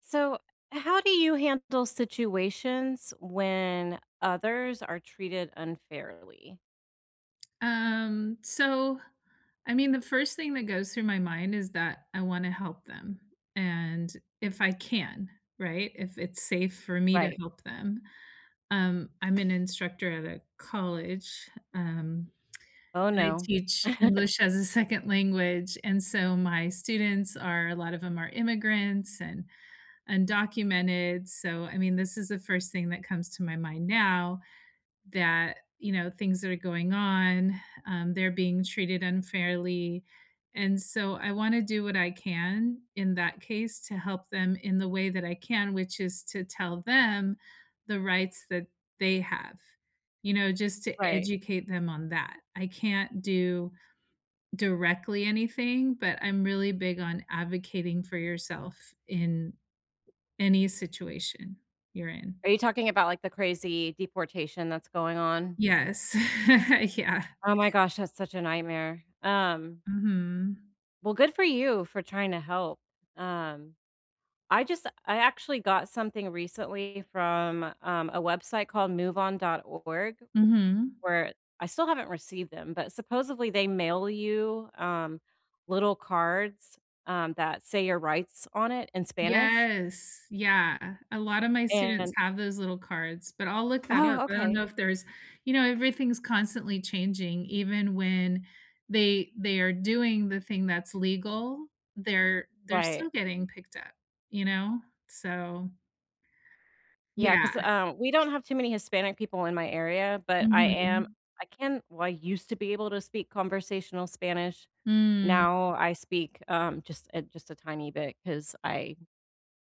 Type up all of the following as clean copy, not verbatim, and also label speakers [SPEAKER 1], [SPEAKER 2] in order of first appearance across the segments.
[SPEAKER 1] So, how do you handle situations when others are treated unfairly?
[SPEAKER 2] Um, so, the first thing that goes through my mind is that I wanna help them, and if I can, right? If it's safe for me to
[SPEAKER 1] Right.
[SPEAKER 2] help them. I'm an instructor at a college,
[SPEAKER 1] Oh
[SPEAKER 2] and I
[SPEAKER 1] no.
[SPEAKER 2] teach English as a second language, and so my students are a lot of them are immigrants and undocumented, so, this is the first thing that comes to my mind now that you know things that are going on they're being treated unfairly and so I want to do what I can in that case to help them in the way that I can, which is to tell them the rights that they have, just to
[SPEAKER 1] Right.
[SPEAKER 2] educate them on that. I can't do directly anything, but I'm really big on advocating for yourself in any situation you're in.
[SPEAKER 1] Are you talking about like the crazy deportation that's going on?
[SPEAKER 2] Yes, yeah.
[SPEAKER 1] Oh my gosh, that's such a nightmare.
[SPEAKER 2] Mhm.
[SPEAKER 1] Well, good for you for trying to help. Um, I actually got something recently from a website called MoveOn.org
[SPEAKER 2] Mhm.
[SPEAKER 1] where I still haven't received them, but supposedly they mail you, little cards, that say your rights on it in Spanish,
[SPEAKER 2] Yes, yeah. A lot of my students
[SPEAKER 1] and
[SPEAKER 2] have those little cards, but I'll look that up.
[SPEAKER 1] Oh,
[SPEAKER 2] I don't
[SPEAKER 1] okay.
[SPEAKER 2] know if there's everything's constantly changing. Even when they are doing the thing that's legal, they're still
[SPEAKER 1] Right.
[SPEAKER 2] getting picked up, you know? So,
[SPEAKER 1] Yeah,
[SPEAKER 2] yeah.
[SPEAKER 1] 'cause, we don't have too many Hispanic people in my area, but I am
[SPEAKER 2] Mhm.
[SPEAKER 1] I can well, I used to be able to speak conversational Spanish.
[SPEAKER 2] Mm,
[SPEAKER 1] Now I speak, just a tiny bit because I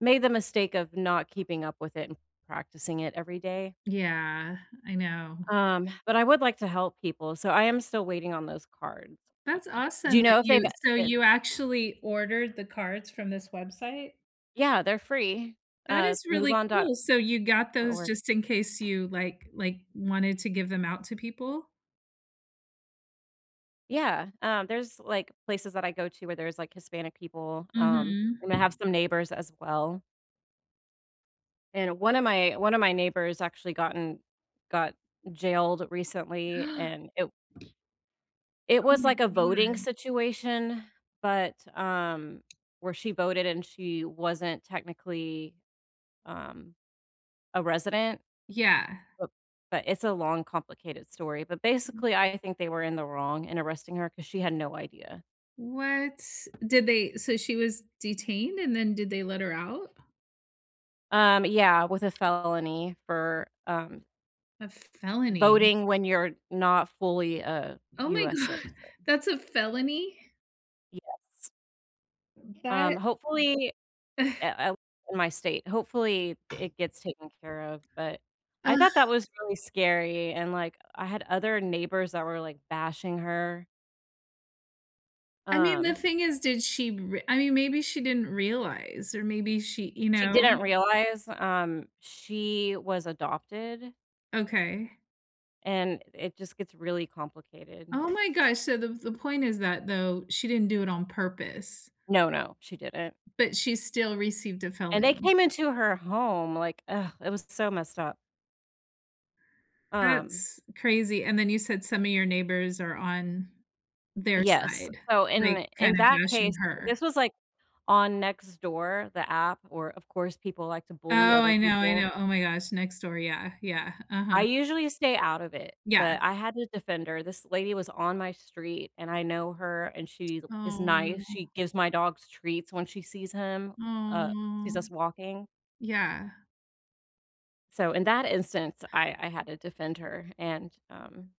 [SPEAKER 1] made the mistake of not keeping up with it and practicing it every day.
[SPEAKER 2] yeah, I know.
[SPEAKER 1] But I would like to help people, so I am still waiting on those cards. Um,
[SPEAKER 2] That's
[SPEAKER 1] do
[SPEAKER 2] awesome
[SPEAKER 1] you
[SPEAKER 2] that
[SPEAKER 1] know if they've
[SPEAKER 2] you so
[SPEAKER 1] eh
[SPEAKER 2] you actually ordered the cards from this website?
[SPEAKER 1] Yeah, they're free.
[SPEAKER 2] That is really
[SPEAKER 1] MoveOn.org.
[SPEAKER 2] cool. So you got those just in case you, like, wanted to give them out to people?
[SPEAKER 1] Yeah, there's, like, places that I go to where there's, like, Hispanic people,
[SPEAKER 2] Mhm.
[SPEAKER 1] and I have some neighbors as well, and one of my neighbors actually got jailed recently, and it
[SPEAKER 2] Oh
[SPEAKER 1] was
[SPEAKER 2] my
[SPEAKER 1] like a voting
[SPEAKER 2] god.
[SPEAKER 1] situation, but, where she voted and she wasn't technically, um a resident,
[SPEAKER 2] Yeah.
[SPEAKER 1] but it's a long, complicated story, but basically, I think they were in the wrong in arresting her because she had no idea.
[SPEAKER 2] What? Did they so she was detained, and then did they let her out?
[SPEAKER 1] Yeah, with a felony for,
[SPEAKER 2] A felony.
[SPEAKER 1] voting when you're not fully a
[SPEAKER 2] Oh my
[SPEAKER 1] US citizen.
[SPEAKER 2] god. That's a felony?
[SPEAKER 1] Yes.
[SPEAKER 2] That
[SPEAKER 1] Hopefully uh, uh, in my state, hopefully it gets taken care of, but I
[SPEAKER 2] Ugh,
[SPEAKER 1] thought that was really scary, and, like, I had other neighbors that were, like, bashing her.
[SPEAKER 2] the
[SPEAKER 1] Um
[SPEAKER 2] thing is, did she re maybe she didn't realize, or maybe she you
[SPEAKER 1] She
[SPEAKER 2] know?
[SPEAKER 1] didn't realize, she was adopted,
[SPEAKER 2] Okay.
[SPEAKER 1] and it just gets really complicated.
[SPEAKER 2] Oh my gosh, so the point is that, though, she didn't do it on purpose,
[SPEAKER 1] No, no, she didn't,
[SPEAKER 2] but she still received a
[SPEAKER 1] and they
[SPEAKER 2] felony.
[SPEAKER 1] came into her home, like, ugh, it was so messed up. Um,
[SPEAKER 2] That's crazy, and then you said some of your neighbors are on their
[SPEAKER 1] yes,
[SPEAKER 2] side,
[SPEAKER 1] so
[SPEAKER 2] like,
[SPEAKER 1] in
[SPEAKER 2] kinda
[SPEAKER 1] that
[SPEAKER 2] bashing
[SPEAKER 1] case,
[SPEAKER 2] her.
[SPEAKER 1] this was, like, on Nextdoor, the app, or, of course, people like to bully
[SPEAKER 2] Oh,
[SPEAKER 1] other
[SPEAKER 2] I know, I
[SPEAKER 1] people.
[SPEAKER 2] know. Oh my gosh, next door, yeah, yeah, uh-huh,
[SPEAKER 1] I usually stay out of it,
[SPEAKER 2] yeah.
[SPEAKER 1] but I had to defend her. This lady was on my street, and I know her, and she is
[SPEAKER 2] Oh,
[SPEAKER 1] nice. She gives my dogs treats when she sees him, uh, sees
[SPEAKER 2] oh,
[SPEAKER 1] us walking.
[SPEAKER 2] yeah,
[SPEAKER 1] So in that instance, I had to defend her, and, um.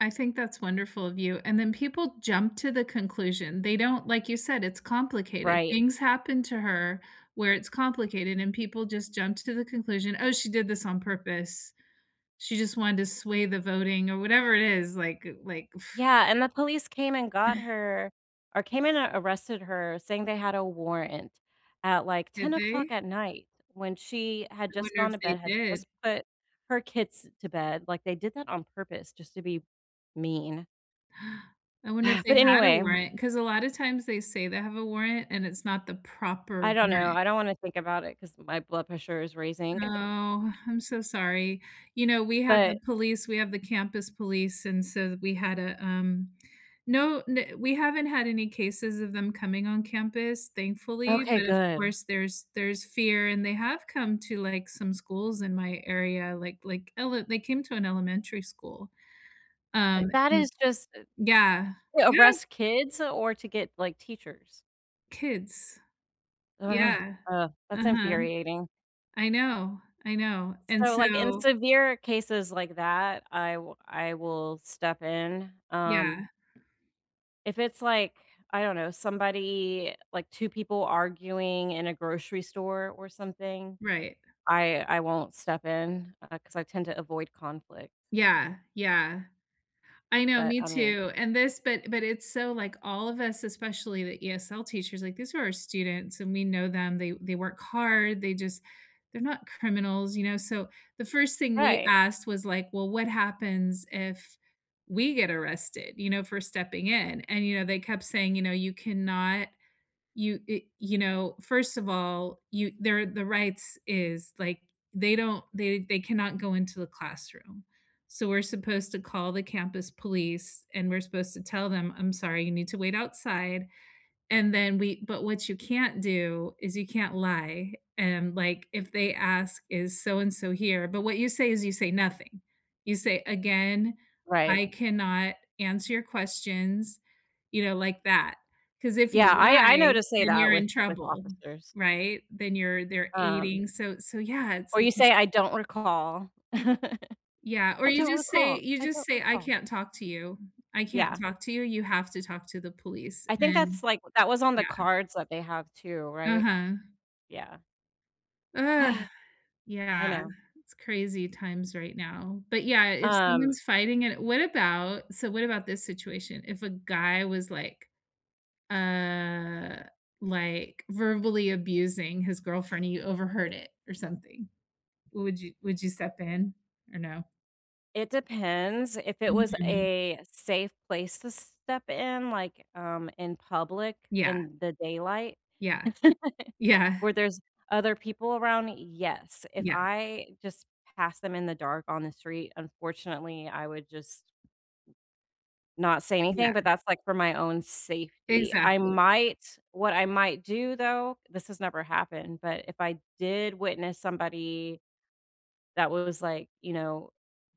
[SPEAKER 2] I think that's wonderful of you, and then people jump to the conclusion. They don't like you said, it's complicated.
[SPEAKER 1] Right.
[SPEAKER 2] Things happen to her where it's complicated, and people just jump to the conclusion, "Oh, she did this on purpose. She just wanted to sway the voting," or whatever it is, like,
[SPEAKER 1] Yeah, and the police came and got her or came in and arrested her, saying they had a warrant at, like,
[SPEAKER 2] did
[SPEAKER 1] ten
[SPEAKER 2] they?
[SPEAKER 1] o'clock at night when she
[SPEAKER 2] I
[SPEAKER 1] had just
[SPEAKER 2] wonder if
[SPEAKER 1] gone to
[SPEAKER 2] they
[SPEAKER 1] bed, had
[SPEAKER 2] did.
[SPEAKER 1] just put her kids to bed, like, they did that on purpose just to be mean.
[SPEAKER 2] I wonder if they
[SPEAKER 1] But
[SPEAKER 2] had a
[SPEAKER 1] anyway,
[SPEAKER 2] warrant, because a lot of times they say they have a warrant, and it's not the proper
[SPEAKER 1] I don't know,
[SPEAKER 2] warrant.
[SPEAKER 1] I don't wanna think about it because my blood pressure is raising.
[SPEAKER 2] Oh, I'm so sorry. You know, we have the
[SPEAKER 1] But
[SPEAKER 2] police, we have the campus police, and so we had a no, we haven't had any cases of them coming on campus, thankfully,
[SPEAKER 1] okay,
[SPEAKER 2] but of
[SPEAKER 1] good.
[SPEAKER 2] course there's fear, and they have come to like some schools in my area, like they came to an elementary school. Um
[SPEAKER 1] That
[SPEAKER 2] and-
[SPEAKER 1] is just
[SPEAKER 2] yeah.
[SPEAKER 1] to
[SPEAKER 2] Yeah,
[SPEAKER 1] arrest kids or to get, like, teachers.
[SPEAKER 2] kids.
[SPEAKER 1] Ugh,
[SPEAKER 2] Yeah.
[SPEAKER 1] ugh, that's
[SPEAKER 2] Uh-huh.
[SPEAKER 1] infuriating.
[SPEAKER 2] I know. I know. And
[SPEAKER 1] So, like, in
[SPEAKER 2] so,
[SPEAKER 1] severe cases like that, I will step in.
[SPEAKER 2] yeah,
[SPEAKER 1] If it's like, I don't know, somebody like 2 people arguing in a grocery store or something,
[SPEAKER 2] right.
[SPEAKER 1] I won't step in, because I tend to avoid conflict,
[SPEAKER 2] Yeah, yeah. I know,
[SPEAKER 1] but
[SPEAKER 2] me
[SPEAKER 1] I mean.
[SPEAKER 2] too. And this but it's so, like, all of us, especially the ESL teachers, like, these are our students, and we know them. They work hard. They just they're not criminals, you know? So, the first thing we
[SPEAKER 1] Right,
[SPEAKER 2] asked was, like, "Well, what happens if we get arrested, you know, for stepping in?" And, you know, they kept saying, you know, "You cannot you it you know, first of all, you their the rights is, like, they don't they cannot go into the classroom. So we're supposed to call the campus police, and we're supposed to tell them, "I'm sorry, you need to wait outside. And then we but what you can't do is you can't lie, and, like, if they ask, "Is so and so here?" But what you say is you say nothing. You say, "Again,
[SPEAKER 1] right.
[SPEAKER 2] I cannot answer your questions," you know, like that, because if you
[SPEAKER 1] Yeah, I know
[SPEAKER 2] lie,
[SPEAKER 1] to say
[SPEAKER 2] then
[SPEAKER 1] that
[SPEAKER 2] you're
[SPEAKER 1] with
[SPEAKER 2] in
[SPEAKER 1] with
[SPEAKER 2] trouble,
[SPEAKER 1] officers.
[SPEAKER 2] right? Then you're they're
[SPEAKER 1] Um,
[SPEAKER 2] aiding, so so yeah, it's
[SPEAKER 1] or
[SPEAKER 2] like
[SPEAKER 1] you
[SPEAKER 2] this.
[SPEAKER 1] say, "I don't recall." "I
[SPEAKER 2] Yeah, or you
[SPEAKER 1] don't
[SPEAKER 2] just say
[SPEAKER 1] recall, I don't
[SPEAKER 2] "I
[SPEAKER 1] recall."
[SPEAKER 2] can't talk to you. I can't
[SPEAKER 1] Yeah.
[SPEAKER 2] talk to you, you have to talk to the police,"
[SPEAKER 1] I think
[SPEAKER 2] and
[SPEAKER 1] that's, like that was on the
[SPEAKER 2] yeah.
[SPEAKER 1] cards that they have too, right?
[SPEAKER 2] Uh-huh.
[SPEAKER 1] Yeah.
[SPEAKER 2] Ugh.
[SPEAKER 1] I
[SPEAKER 2] Yeah,
[SPEAKER 1] know.
[SPEAKER 2] it's crazy times right now. But yeah, if
[SPEAKER 1] Um,
[SPEAKER 2] someone's fighting it what about so what about this situation? If a guy was uh, like verbally abusing his girlfriend and you overheard it or something, would you step in or no?
[SPEAKER 1] it depends. If it was
[SPEAKER 2] Mhm.
[SPEAKER 1] a safe place to step in, like, in public,
[SPEAKER 2] Yeah,
[SPEAKER 1] in the daylight,
[SPEAKER 2] yeah, yeah,
[SPEAKER 1] where there's other people around, yes. If
[SPEAKER 2] yeah,
[SPEAKER 1] I just pass them in the dark on the street, unfortunately, I would just not say
[SPEAKER 2] yeah,
[SPEAKER 1] anything, but that's, like, for my own safety.
[SPEAKER 2] exactly.
[SPEAKER 1] I might do though, this has never happened, but if I did witness somebody that was, like, you know,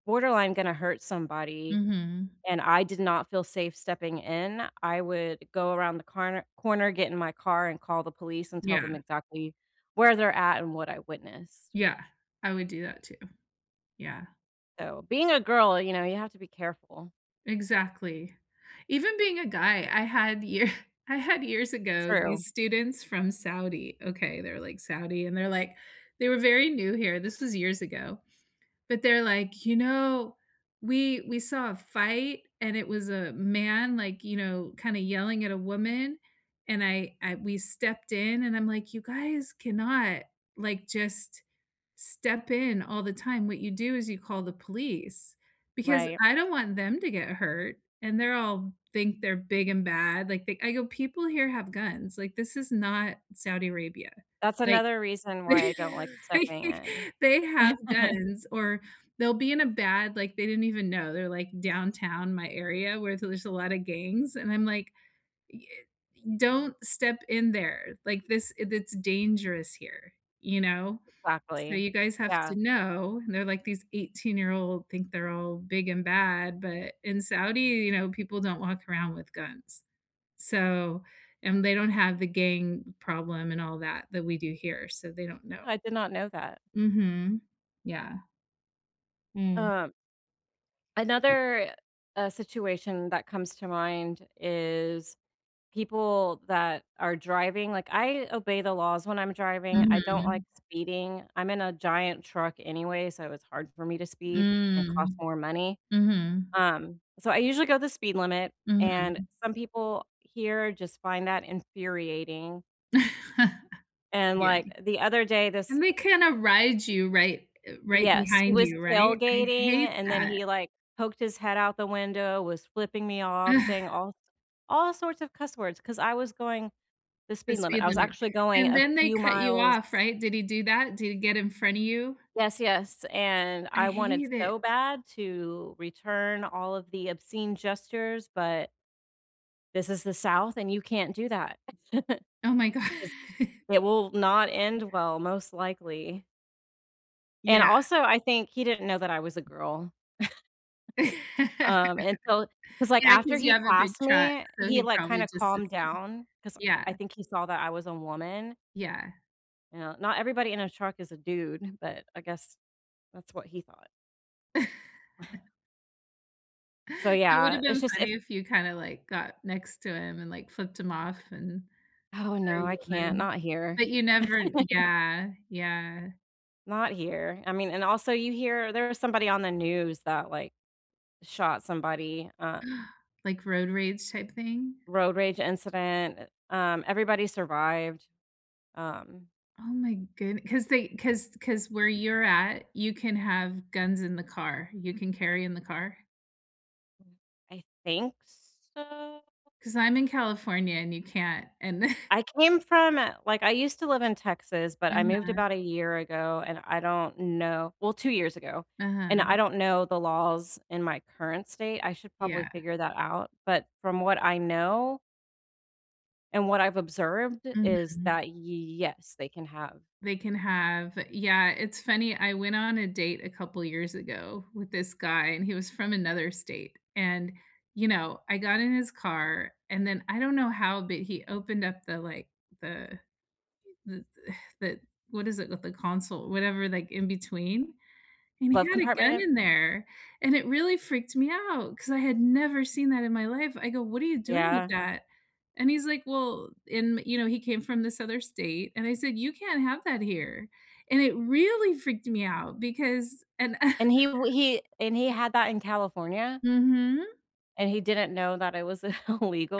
[SPEAKER 1] borderline gonna hurt somebody
[SPEAKER 2] Mhm.
[SPEAKER 1] and I did not feel safe stepping in, I would go around the corner, get in my car, and call the police and tell them
[SPEAKER 2] Yeah,
[SPEAKER 1] exactly where they're at and what I witnessed.
[SPEAKER 2] yeah, I would do that too, yeah.
[SPEAKER 1] So, being a girl, you know, you have to be careful.
[SPEAKER 2] Exactly. Even being a guy, I had year I had years ago these
[SPEAKER 1] True.
[SPEAKER 2] students from Saudi. Okay, they're like Saudi and they're like they were very new here. This was years ago. But they're like, "You know, we saw a fight, and it was a man like, you know, kinda yelling at a woman, and I we stepped in," and I'm like, "You guys cannot like just step in all the time. What you do is you call the police, because
[SPEAKER 1] Right.
[SPEAKER 2] I don't want them to get hurt, and they're all think they're big and bad. Like, they I go, "People here have guns. Like, this is not Saudi Arabia."
[SPEAKER 1] That's
[SPEAKER 2] Like,
[SPEAKER 1] another reason why I don't like stepping in.
[SPEAKER 2] they have guns or they'll be in a bad like, they didn't even know. They're, like, downtown my area where there's a lot of gangs, and I'm like, "Y don't step in there. Like, this it's dangerous here." You know? So
[SPEAKER 1] Exactly.
[SPEAKER 2] you guys have to
[SPEAKER 1] Yeah.
[SPEAKER 2] know, and they're like these 18-year-old think they're all big and bad, but in Saudi, you know, people don't walk around with guns. So and they don't have the gang problem and all that that we do here, so they don't know.
[SPEAKER 1] No, I did not know that.
[SPEAKER 2] Mhm. Yeah. Mm.
[SPEAKER 1] Um, Another, situation that comes to mind is people that are driving, like, I obey the laws when I'm driving, I don't like
[SPEAKER 2] Mhm.
[SPEAKER 1] speeding. I'm in a giant truck anyway, so it's hard for me to speed and cost
[SPEAKER 2] Mm.
[SPEAKER 1] more money.
[SPEAKER 2] Mhm.
[SPEAKER 1] So I usually go the speed limit,
[SPEAKER 2] Mhm.
[SPEAKER 1] and some people here just find that infuriating, and, like,
[SPEAKER 2] Yeah.
[SPEAKER 1] the other day, this.
[SPEAKER 2] And they kinda ride you right, eh, right
[SPEAKER 1] Yes, he
[SPEAKER 2] behind
[SPEAKER 1] was
[SPEAKER 2] you, right? I
[SPEAKER 1] tailgating,
[SPEAKER 2] hate
[SPEAKER 1] and then
[SPEAKER 2] that.
[SPEAKER 1] he, like, poked his head out the window, was flipping me off, saying all sorts of cuss words because I was going the
[SPEAKER 2] The
[SPEAKER 1] speed limit.
[SPEAKER 2] speed
[SPEAKER 1] I was
[SPEAKER 2] limit.
[SPEAKER 1] actually going
[SPEAKER 2] And
[SPEAKER 1] a
[SPEAKER 2] then they
[SPEAKER 1] few
[SPEAKER 2] cut you
[SPEAKER 1] miles.
[SPEAKER 2] off, right? Did he do that? Did he get in front of you?
[SPEAKER 1] Yes, yes, and
[SPEAKER 2] I
[SPEAKER 1] I wanted
[SPEAKER 2] hate it.
[SPEAKER 1] so bad to return all of the obscene gestures, but this is the South, and you can't do that.
[SPEAKER 2] Oh my god.
[SPEAKER 1] 'Cause it will not end well, most likely, and
[SPEAKER 2] Yeah.
[SPEAKER 1] also, I think he didn't know that I was a girl. And so, because like,
[SPEAKER 2] Yeah,
[SPEAKER 1] after
[SPEAKER 2] because you
[SPEAKER 1] he
[SPEAKER 2] have a big
[SPEAKER 1] passed
[SPEAKER 2] truck,
[SPEAKER 1] me,
[SPEAKER 2] so
[SPEAKER 1] he,
[SPEAKER 2] he
[SPEAKER 1] like,
[SPEAKER 2] probably
[SPEAKER 1] kinda
[SPEAKER 2] just
[SPEAKER 1] calmed
[SPEAKER 2] assumed.
[SPEAKER 1] down because I
[SPEAKER 2] Yeah,
[SPEAKER 1] think he saw that I was a woman,
[SPEAKER 2] yeah.
[SPEAKER 1] you know, not everybody in a truck is a dude, but I guess that's what he thought. So,
[SPEAKER 2] That would've
[SPEAKER 1] yeah, it's
[SPEAKER 2] been
[SPEAKER 1] just if.
[SPEAKER 2] funny if you kinda, like, got next to him and, like, flipped him off and
[SPEAKER 1] Oh,
[SPEAKER 2] you're
[SPEAKER 1] no,
[SPEAKER 2] a
[SPEAKER 1] I can't,
[SPEAKER 2] woman.
[SPEAKER 1] not here,
[SPEAKER 2] But you never Yeah, yeah.
[SPEAKER 1] not here. I mean, and also you hear there was somebody on the news that, like, shot somebody,
[SPEAKER 2] Like road rage type thing?
[SPEAKER 1] road rage incident, everybody survived, um,
[SPEAKER 2] Oh my goodness! Because they, because where you're at, you can have guns in the car. You can carry in the car.
[SPEAKER 1] I think so.
[SPEAKER 2] Because 'Cause I'm in California and you can't, and
[SPEAKER 1] I came from a like, I used to live in Texas, but I moved
[SPEAKER 2] Uh-huh,
[SPEAKER 1] about a year ago, and I don't know well, 2 years ago, and
[SPEAKER 2] uh-huh,
[SPEAKER 1] I don't know the laws in my current state. I should probably
[SPEAKER 2] yeah,
[SPEAKER 1] figure that out, but from what I know and what I've observed is
[SPEAKER 2] mhm.
[SPEAKER 1] that, yes, they can have
[SPEAKER 2] They can have yeah, it's funny, I went on a date a couple years ago with this guy, and he was from another state, and, you know, I got in his car, and then I don't know how, but he opened up the, like, the the the what is it with the console, whatever, like, in between, And he
[SPEAKER 1] glove
[SPEAKER 2] had a gun
[SPEAKER 1] compartment.
[SPEAKER 2] in there, and it really freaked me out because I had never seen that in my life. I go, "What are you doing with
[SPEAKER 1] Yeah,
[SPEAKER 2] that?" And he's like, "Well" and, you know, he came from this other state, and I said, "You can't have that here." And it really freaked me out because and
[SPEAKER 1] and he had that in California,
[SPEAKER 2] Mhm.
[SPEAKER 1] and he didn't know that it was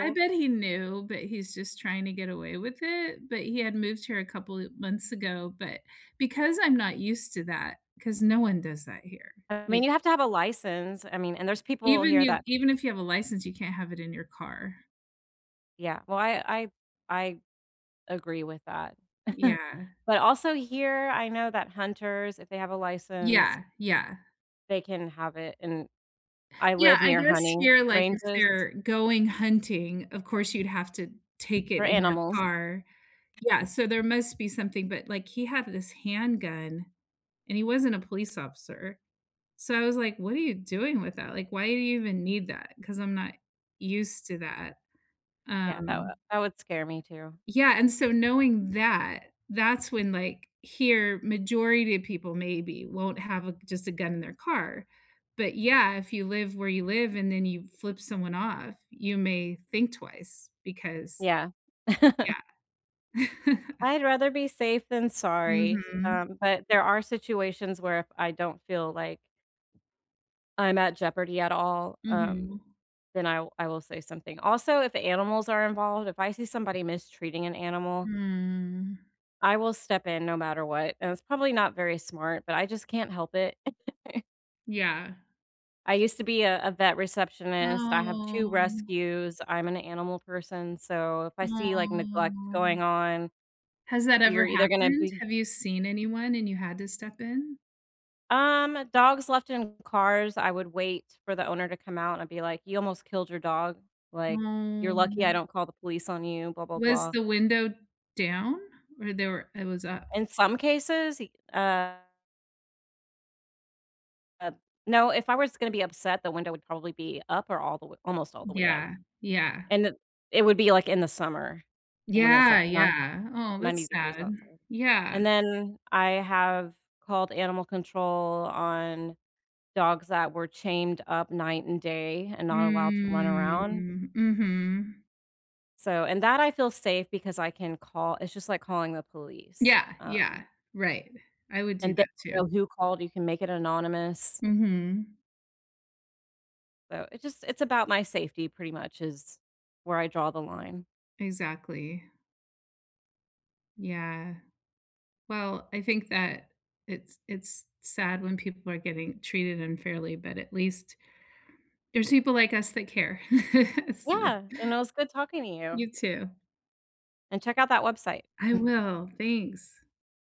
[SPEAKER 2] I bet he knew, but he's just trying to get away with it, but he had moved here a couple of months ago, but because I'm not used to that, because no one does that here.
[SPEAKER 1] I mean,
[SPEAKER 2] Like,
[SPEAKER 1] you have to have a license, I mean, and there's people
[SPEAKER 2] even
[SPEAKER 1] here
[SPEAKER 2] you
[SPEAKER 1] that.
[SPEAKER 2] even if you have a license, you can't have it in your car.
[SPEAKER 1] Yeah, well, I agree with that.
[SPEAKER 2] Yeah.
[SPEAKER 1] But also here, I know that hunters, if they have a license,
[SPEAKER 2] Yeah, yeah.
[SPEAKER 1] they can have it, and I
[SPEAKER 2] Yeah,
[SPEAKER 1] live
[SPEAKER 2] I
[SPEAKER 1] near
[SPEAKER 2] guess
[SPEAKER 1] hunting
[SPEAKER 2] here, like, if
[SPEAKER 1] ranges
[SPEAKER 2] they're going hunting, of course, you'd have to take it
[SPEAKER 1] for
[SPEAKER 2] in your
[SPEAKER 1] animals.
[SPEAKER 2] car. Yeah, so there must be something, but, like, he had this handgun, and he wasn't a police officer. So I was like, "What are you doing with that? Like, why do you even need that? Because 'Cause I'm not used to that.
[SPEAKER 1] Yeah,
[SPEAKER 2] Um
[SPEAKER 1] that would scare me too.
[SPEAKER 2] Yeah, and so knowing that, that's when, like, here, majority of people maybe won't have a just a gun in their car. But yeah, if you live where you live and then you flip someone off, you may think twice because
[SPEAKER 1] Yeah.
[SPEAKER 2] yeah.
[SPEAKER 1] I'd rather be safe than sorry,
[SPEAKER 2] Mhm.
[SPEAKER 1] but there are situations where if I don't feel like I'm at jeopardy at all,
[SPEAKER 2] Mhm.
[SPEAKER 1] then I will say something. Also, if animals are involved, if I see somebody mistreating an animal,
[SPEAKER 2] Mm.
[SPEAKER 1] I will step in no matter what, and it's probably not very smart, but I just can't help it.
[SPEAKER 2] Yeah.
[SPEAKER 1] I used to be a vet receptionist, I have 2
[SPEAKER 2] Oh.
[SPEAKER 1] rescues, I'm an animal person, so if I see, like, neglect going
[SPEAKER 2] Oh.
[SPEAKER 1] on,
[SPEAKER 2] Has that ever
[SPEAKER 1] you're either gonna
[SPEAKER 2] happened?
[SPEAKER 1] be.
[SPEAKER 2] Have you seen anyone and you had to step in?
[SPEAKER 1] Dogs left in cars, I would wait for the owner to come out and I'd be like, "You almost killed your dog, like, you're lucky I
[SPEAKER 2] Oh.
[SPEAKER 1] don't call the police on you, blah, blah,
[SPEAKER 2] Was
[SPEAKER 1] blah."
[SPEAKER 2] the window down? Or they were it was up?
[SPEAKER 1] In some cases, y uh, no, if I was gonna be upset, the window would probably be up or all the way almost all the way up.
[SPEAKER 2] Yeah, yeah.
[SPEAKER 1] And it would be, like, in the summer when it's,
[SPEAKER 2] Yeah,
[SPEAKER 1] like, nine
[SPEAKER 2] yeah. Oh,
[SPEAKER 1] 90
[SPEAKER 2] that's
[SPEAKER 1] degrees
[SPEAKER 2] sad.
[SPEAKER 1] outside.
[SPEAKER 2] Yeah.
[SPEAKER 1] And then I have called animal control on dogs that were chained up night and day and not allowed to run around.
[SPEAKER 2] Mm, mhm.
[SPEAKER 1] So and that I feel safe because I can call it's just like calling the police,
[SPEAKER 2] Yeah, yeah, right. I would do
[SPEAKER 1] and they
[SPEAKER 2] that
[SPEAKER 1] don't
[SPEAKER 2] too.
[SPEAKER 1] know who called, you can make it anonymous.
[SPEAKER 2] Mhm.
[SPEAKER 1] So it just it's about my safety pretty much is where I draw the line.
[SPEAKER 2] Exactly. Yeah. Well, I think that it's sad when people are getting treated unfairly, but at least there's people like us that care. So,
[SPEAKER 1] Yeah, and it was good talking to you,
[SPEAKER 2] you too.
[SPEAKER 1] and check out that website.
[SPEAKER 2] I will, thanks.